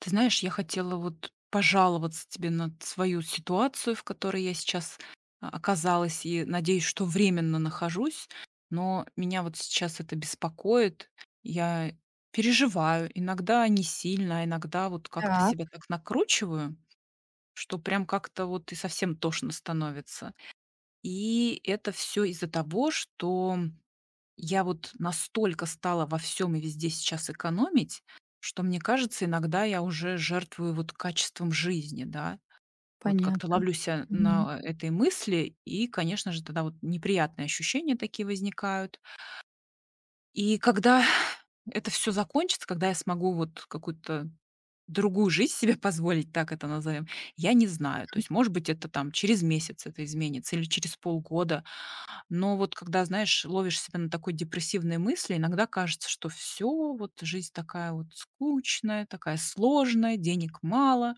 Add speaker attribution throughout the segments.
Speaker 1: Ты знаешь, я хотела вот пожаловаться тебе на свою ситуацию, в которой я сейчас оказалась, и надеюсь, что временно нахожусь, но меня вот сейчас это беспокоит. Я переживаю, иногда не сильно, а иногда вот как-то
Speaker 2: Так,
Speaker 1: себя так накручиваю, что прям как-то вот и совсем тошно становится. И это все из-за того, что я вот настолько стала во всем и везде сейчас экономить, что, мне кажется, иногда я уже жертвую вот качеством жизни, да. Вот как-то
Speaker 2: понятно.
Speaker 1: ловлю ся
Speaker 2: Мгм.
Speaker 1: на этой мысли, и, конечно же, тогда вот неприятные ощущения такие возникают. И когда это все закончится, когда я смогу вот какую-то другую жизнь себе позволить, так это назовем, я не знаю. То есть, может быть, это там через месяц это изменится или через полгода. Но вот когда, знаешь, ловишь себя на такой депрессивной мысли, иногда кажется, что все вот жизнь такая вот скучная, такая сложная, денег мало.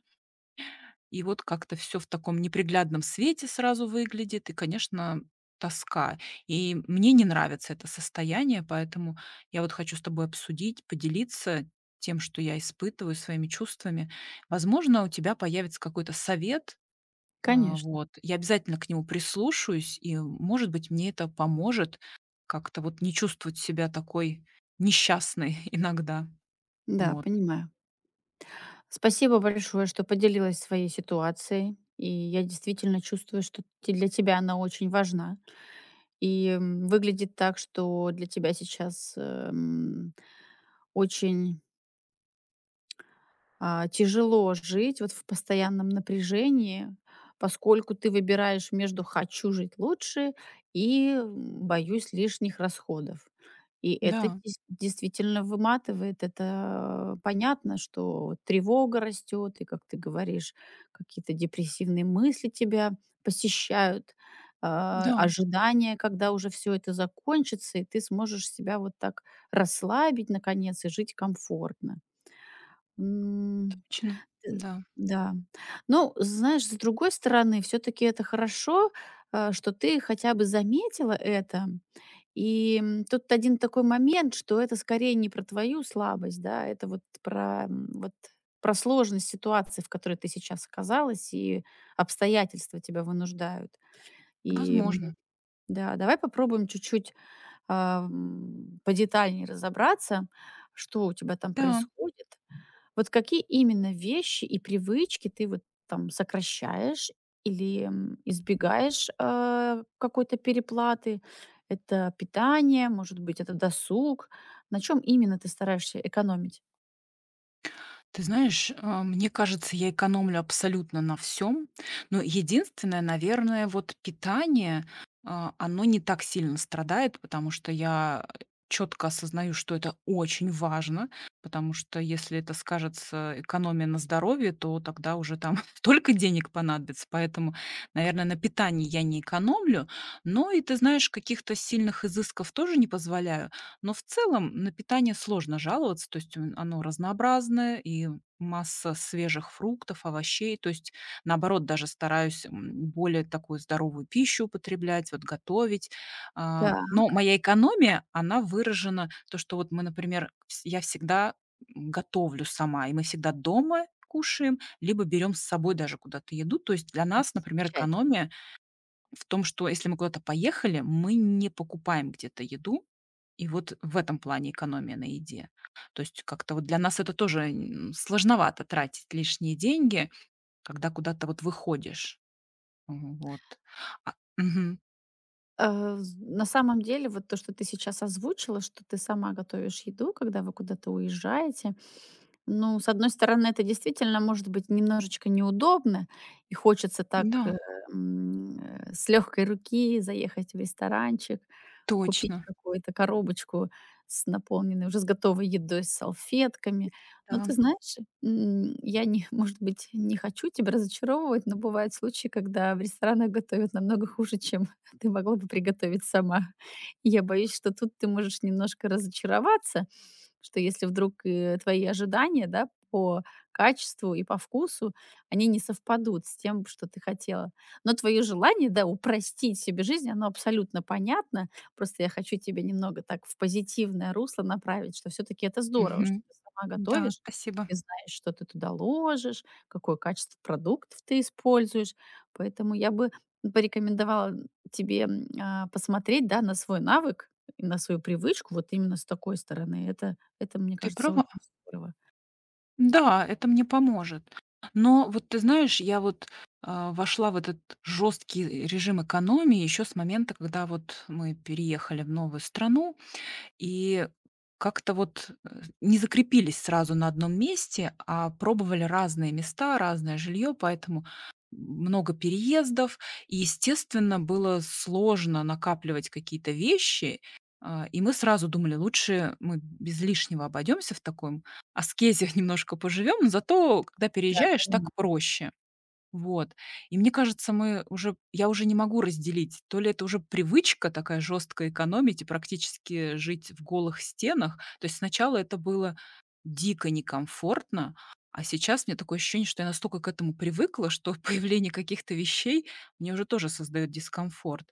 Speaker 1: И вот как-то все в таком неприглядном свете сразу выглядит, и, конечно, тоска. И мне не нравится это состояние, поэтому я вот хочу с тобой обсудить, поделиться тем, что я испытываю, своими чувствами. Возможно, у тебя появится какой-то совет,
Speaker 2: Конечно.
Speaker 1: вот. Я обязательно к нему прислушаюсь, и, может быть, мне это поможет как-то вот не чувствовать себя такой несчастной иногда.
Speaker 2: Да,
Speaker 1: Вот.
Speaker 2: понимаю. Спасибо большое, что поделилась своей ситуацией. И я действительно чувствую, что для тебя она очень важна. И выглядит так, что для тебя сейчас очень тяжело жить вот в постоянном напряжении, поскольку ты выбираешь между "хочу жить лучше" и "боюсь лишних расходов". И это
Speaker 1: Да,
Speaker 2: дес действительно выматывает. Это понятно, что вот тревога растет, и, как ты говоришь, какие-то депрессивные мысли тебя посещают,
Speaker 1: да,
Speaker 2: ожидание, когда уже все это закончится, и ты сможешь себя вот так расслабить наконец и жить комфортно.
Speaker 1: точно,
Speaker 2: Т
Speaker 1: да,
Speaker 2: Да. Ну, знаешь, с другой стороны, все таки это хорошо, что ты хотя бы заметила это. И, тут один такой момент, что это скорее не про твою слабость, да, это вот про, про сложность ситуации, в которой ты сейчас оказалась, и обстоятельства тебя вынуждают. И, м,
Speaker 1: возможно.
Speaker 2: да, давай попробуем чуть-чуть, подетальнее разобраться, что у тебя там
Speaker 1: Да.
Speaker 2: происходит. Вот какие именно вещи и привычки ты вот там сокращаешь или, избегаешь, какой-то переплаты? Это питание, может быть, это досуг? На чем именно ты стараешься экономить?
Speaker 1: Ты знаешь, мне кажется, я экономлю абсолютно на всем. Но единственное, наверное, вот питание, оно не так сильно страдает, потому что я четко осознаю, что это очень важно, потому что если это скажется экономия на здоровье, то тогда уже там столько денег понадобится. Поэтому, наверное, на питании я не экономлю, но и, ты знаешь, каких-то сильных изысков тоже не позволяю. Но в целом на питание сложно жаловаться, то есть оно разнообразное и масса свежих фруктов, овощей. То есть, наоборот, даже стараюсь более такую здоровую пищу употреблять, вот готовить.
Speaker 2: Да,
Speaker 1: Но моя экономия, она выражена, то, что вот мы, например, я всегда готовлю сама, и мы всегда дома кушаем, либо берем с собой даже куда-то еду. То есть для
Speaker 2: это
Speaker 1: нас, например,
Speaker 2: замечательно.
Speaker 1: экономия в том, что если мы куда-то поехали, мы не покупаем где-то еду. И вот в этом плане экономия на еде. То есть как-то вот для нас это тоже, сложновато тратить лишние деньги, когда куда-то вот выходишь. Вот. А мгм.
Speaker 2: А, з
Speaker 1: Д
Speaker 2: На самом деле вот то, что ты сейчас озвучила, что ты сама готовишь еду, когда вы куда-то уезжаете. Ну, с одной стороны, это действительно может быть немножечко неудобно, и хочется так,
Speaker 1: Да,
Speaker 2: с легкой руки заехать в ресторанчик, купить
Speaker 1: точно.
Speaker 2: какую-то коробочку с наполненной уже с готовой едой, с салфетками. Но
Speaker 1: Да.
Speaker 2: ты знаешь, я не, может быть, не хочу тебя разочаровывать, но бывают случаи, когда в ресторанах готовят намного хуже, чем ты могла бы приготовить сама. И я боюсь, что тут ты можешь немножко разочароваться, что если вдруг, твои ожидания, да, по качеству и по вкусу, они не совпадут с тем, что ты хотела. Но твое желание, да, упростить себе жизнь, оно абсолютно понятно. Просто я хочу тебя немного так в позитивное русло направить, что все-таки это здорово, что
Speaker 1: Мгм.
Speaker 2: ты сама
Speaker 1: Да,
Speaker 2: готовишь,
Speaker 1: спасибо.
Speaker 2: ты знаешь, что ты туда ложишь, какое качество продуктов ты используешь. Поэтому я бы порекомендовала тебе, посмотреть, да, на свой навык и на свою привычку вот именно с такой стороны. Это, мне
Speaker 1: Ты
Speaker 2: кажется,
Speaker 1: права.
Speaker 2: очень здорово.
Speaker 1: Да, это мне поможет. Но вот ты знаешь, я вот, вошла в этот жесткий режим экономии еще с момента, когда вот мы переехали в новую страну. И как-то вот, не закрепились сразу на одном месте, а пробовали разные места, разное жилье, поэтому много переездов. И, естественно, было сложно накапливать какие-то вещи. И мы сразу думали: лучше мы без лишнего обойдемся, в таком аскезе немножко поживем, но зато, когда переезжаешь, так
Speaker 2: Понимаю.
Speaker 1: проще. Вот. И мне кажется, мы уже я уже не могу разделить, то ли это уже привычка такая жесткая экономить и практически жить в голых стенах. То есть сначала это было дико некомфортно, а сейчас у меня такое ощущение, что я настолько к этому привыкла, что появление каких-то вещей мне уже тоже создает дискомфорт.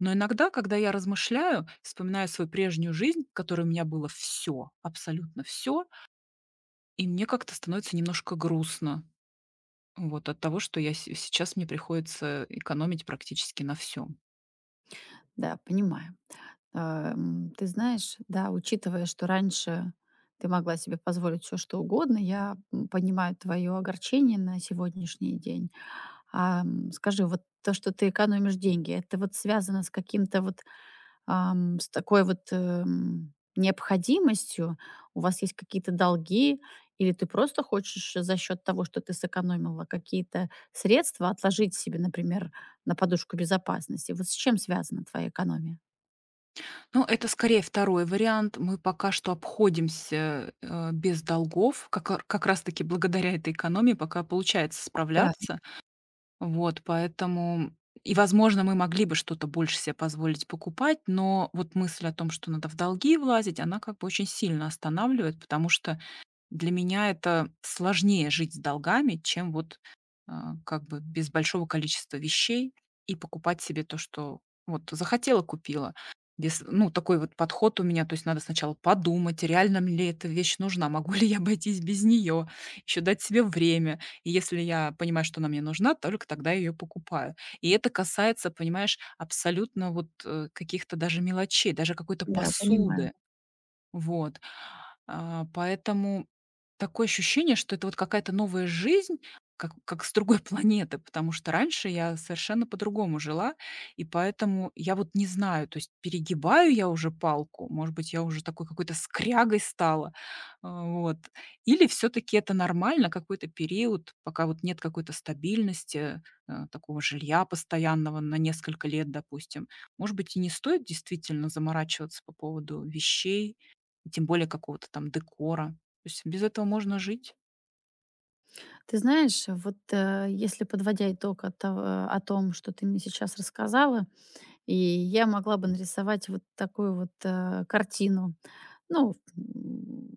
Speaker 1: Но иногда, когда я размышляю, вспоминаю свою прежнюю жизнь, в которой у меня было все, абсолютно все, и мне как-то становится немножко грустно. Вот от того, что я се сейчас мне приходится экономить практически на всем.
Speaker 2: Да, понимаю. Ты знаешь, да, учитывая, что раньше ты могла себе позволить все, что угодно, я, понимаю твоё огорчение на сегодняшний день. Скажи, вот то, что ты экономишь деньги, это вот связано с каким-то вот с такой вот, необходимостью? У вас есть какие-то долги, или ты просто хочешь за счет того, что ты сэкономила какие-то средства, отложить себе, например, на подушку безопасности? Вот с чем связана твоя экономия?
Speaker 1: Ну, это скорее второй вариант. Мы пока что обходимся, без долгов. Как раз таки благодаря этой экономии пока получается
Speaker 2: Да,
Speaker 1: справляться. Вот, поэтому и, возможно, мы могли бы что-то больше себе позволить покупать, но вот мысль о том, что надо в долги влазить, она как бы очень сильно останавливает, потому что для меня это сложнее жить с долгами, чем вот, как бы без большого количества вещей и покупать себе то, что вот купила. Без ну, такой вот подход у меня. То есть надо сначала подумать, реально мне ли эта вещь нужна, могу ли я обойтись без нее, еще дать себе время. И если я понимаю, что она мне нужна, только тогда я ее покупаю. И это касается, понимаешь, абсолютно вот, каких-то даже мелочей, даже какой-то
Speaker 2: да, понимаю.
Speaker 1: посуды. Вот. Поэтому такое ощущение, что это вот какая-то новая жизнь, как с другой планеты, потому что раньше я совершенно по-другому жила, и поэтому я вот не знаю, то есть перегибаю я уже палку, может быть, я уже такой какой-то скрягой стала, вот, или все таки это нормально, какой-то период, пока вот нет какой-то стабильности, такого жилья постоянного на несколько лет, допустим. Может быть, и не стоит действительно заморачиваться по поводу вещей? И тем более какого-то там декора. То есть без этого можно жить.
Speaker 2: Ты знаешь, вот, если подводя итог от того о том, что ты мне сейчас рассказала, и я могла бы нарисовать вот такую вот, картину. Ну,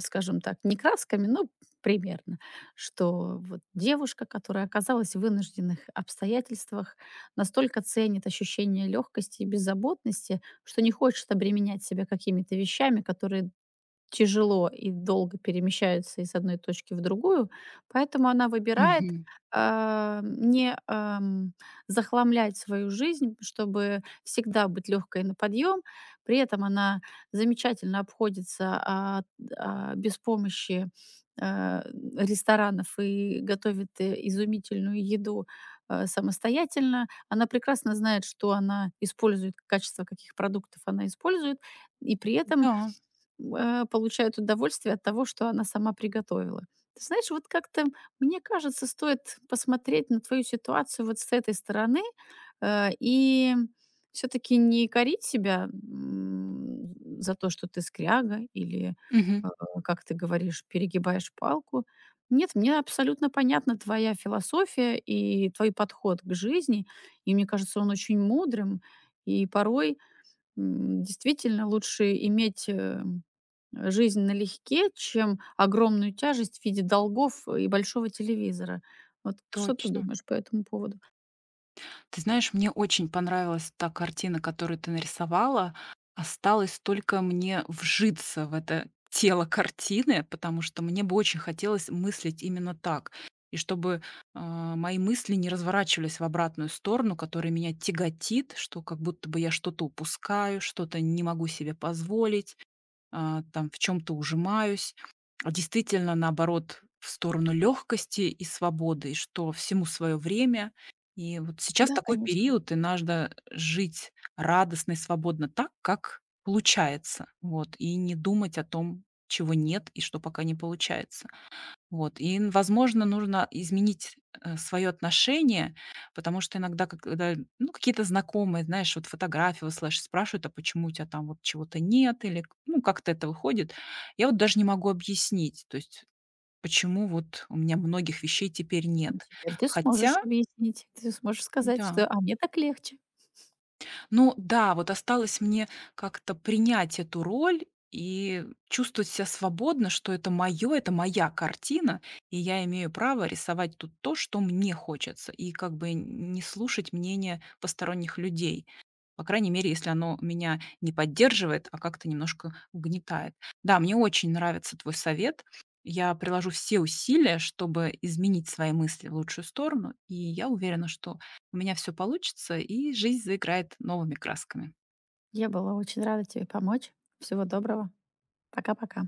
Speaker 2: скажем так, не красками, но примерно, что вот девушка, которая оказалась в вынужденных обстоятельствах, настолько ценит ощущение легкости и беззаботности, что не хочет обременять себя какими-то вещами, которые тяжело и долго перемещается из одной точки в другую, поэтому она выбирает,
Speaker 1: Мгм.
Speaker 2: а, не, ам, захламлять свою жизнь, чтобы всегда быть легкой на подъем. При этом она замечательно обходится, без помощи, а, ресторанов и готовит, изумительную еду, самостоятельно. Она прекрасно знает, что она использует, качество каких продуктов она использует, и при этом
Speaker 1: Да.
Speaker 2: получает удовольствие от того, что она сама приготовила. Ты знаешь, вот как-то, мне кажется, стоит посмотреть на твою ситуацию вот с этой стороны, и все таки не корить себя, за то, что ты скряга или,
Speaker 1: Мгм.
Speaker 2: э, как ты говоришь, перегибаешь палку. Нет, мне абсолютно понятна твоя философия и твой подход к жизни, и мне кажется, он очень мудрым. И порой, действительно лучше иметь, жизнь налегке, чем огромную тяжесть в виде долгов и большого телевизора. Вот что ты
Speaker 1: Точно.
Speaker 2: думаешь по этому поводу?
Speaker 1: Ты знаешь, мне очень понравилась та картина, которую ты нарисовала. Осталось только мне вжиться в это тело картины, потому что мне бы очень хотелось мыслить именно так. И чтобы, мои мысли не разворачивались в обратную сторону, которая меня тяготит, что как будто бы я что-то упускаю, что-то не могу себе позволить. Там в чем то ужимаюсь, а действительно, наоборот, в сторону легкости и свободы, и что всему свое время. И вот сейчас
Speaker 2: Да,
Speaker 1: такой
Speaker 2: конечно.
Speaker 1: период, и надо жить радостно и свободно так, как получается, вот, и не думать о том, чего нет и что пока не получается. Вот, и, н возможно, нужно изменить свое отношение, потому что иногда, к когда, ну, какие-то знакомые, знаешь, вот фотографии высылаешь, спрашивают: "А почему у тебя там вот чего-то нет?" Или к ну, как-то это выходит. Я вот даже не могу объяснить, то есть почему вот у меня многих вещей теперь
Speaker 2: Ну,
Speaker 1: нет.
Speaker 2: теперь ты сможешь
Speaker 1: Хотя
Speaker 2: объяснить, ты сможешь сказать, что
Speaker 1: да.
Speaker 2: «а мне так легче».
Speaker 1: Ну да, вот осталось мне как-то принять эту роль и чувствовать себя свободно, что это мое, это моя картина, и я имею право рисовать тут то, что мне хочется, и как бы не слушать мнение посторонних людей. По крайней мере, если оно меня не поддерживает, а как-то немножко угнетает. Да, мне очень нравится твой совет. Я приложу все усилия, чтобы изменить свои мысли в лучшую сторону, и я уверена, что у меня все получится, и жизнь заиграет новыми красками.
Speaker 2: Я была очень рада тебе помочь. Всего доброго. Пока-пока.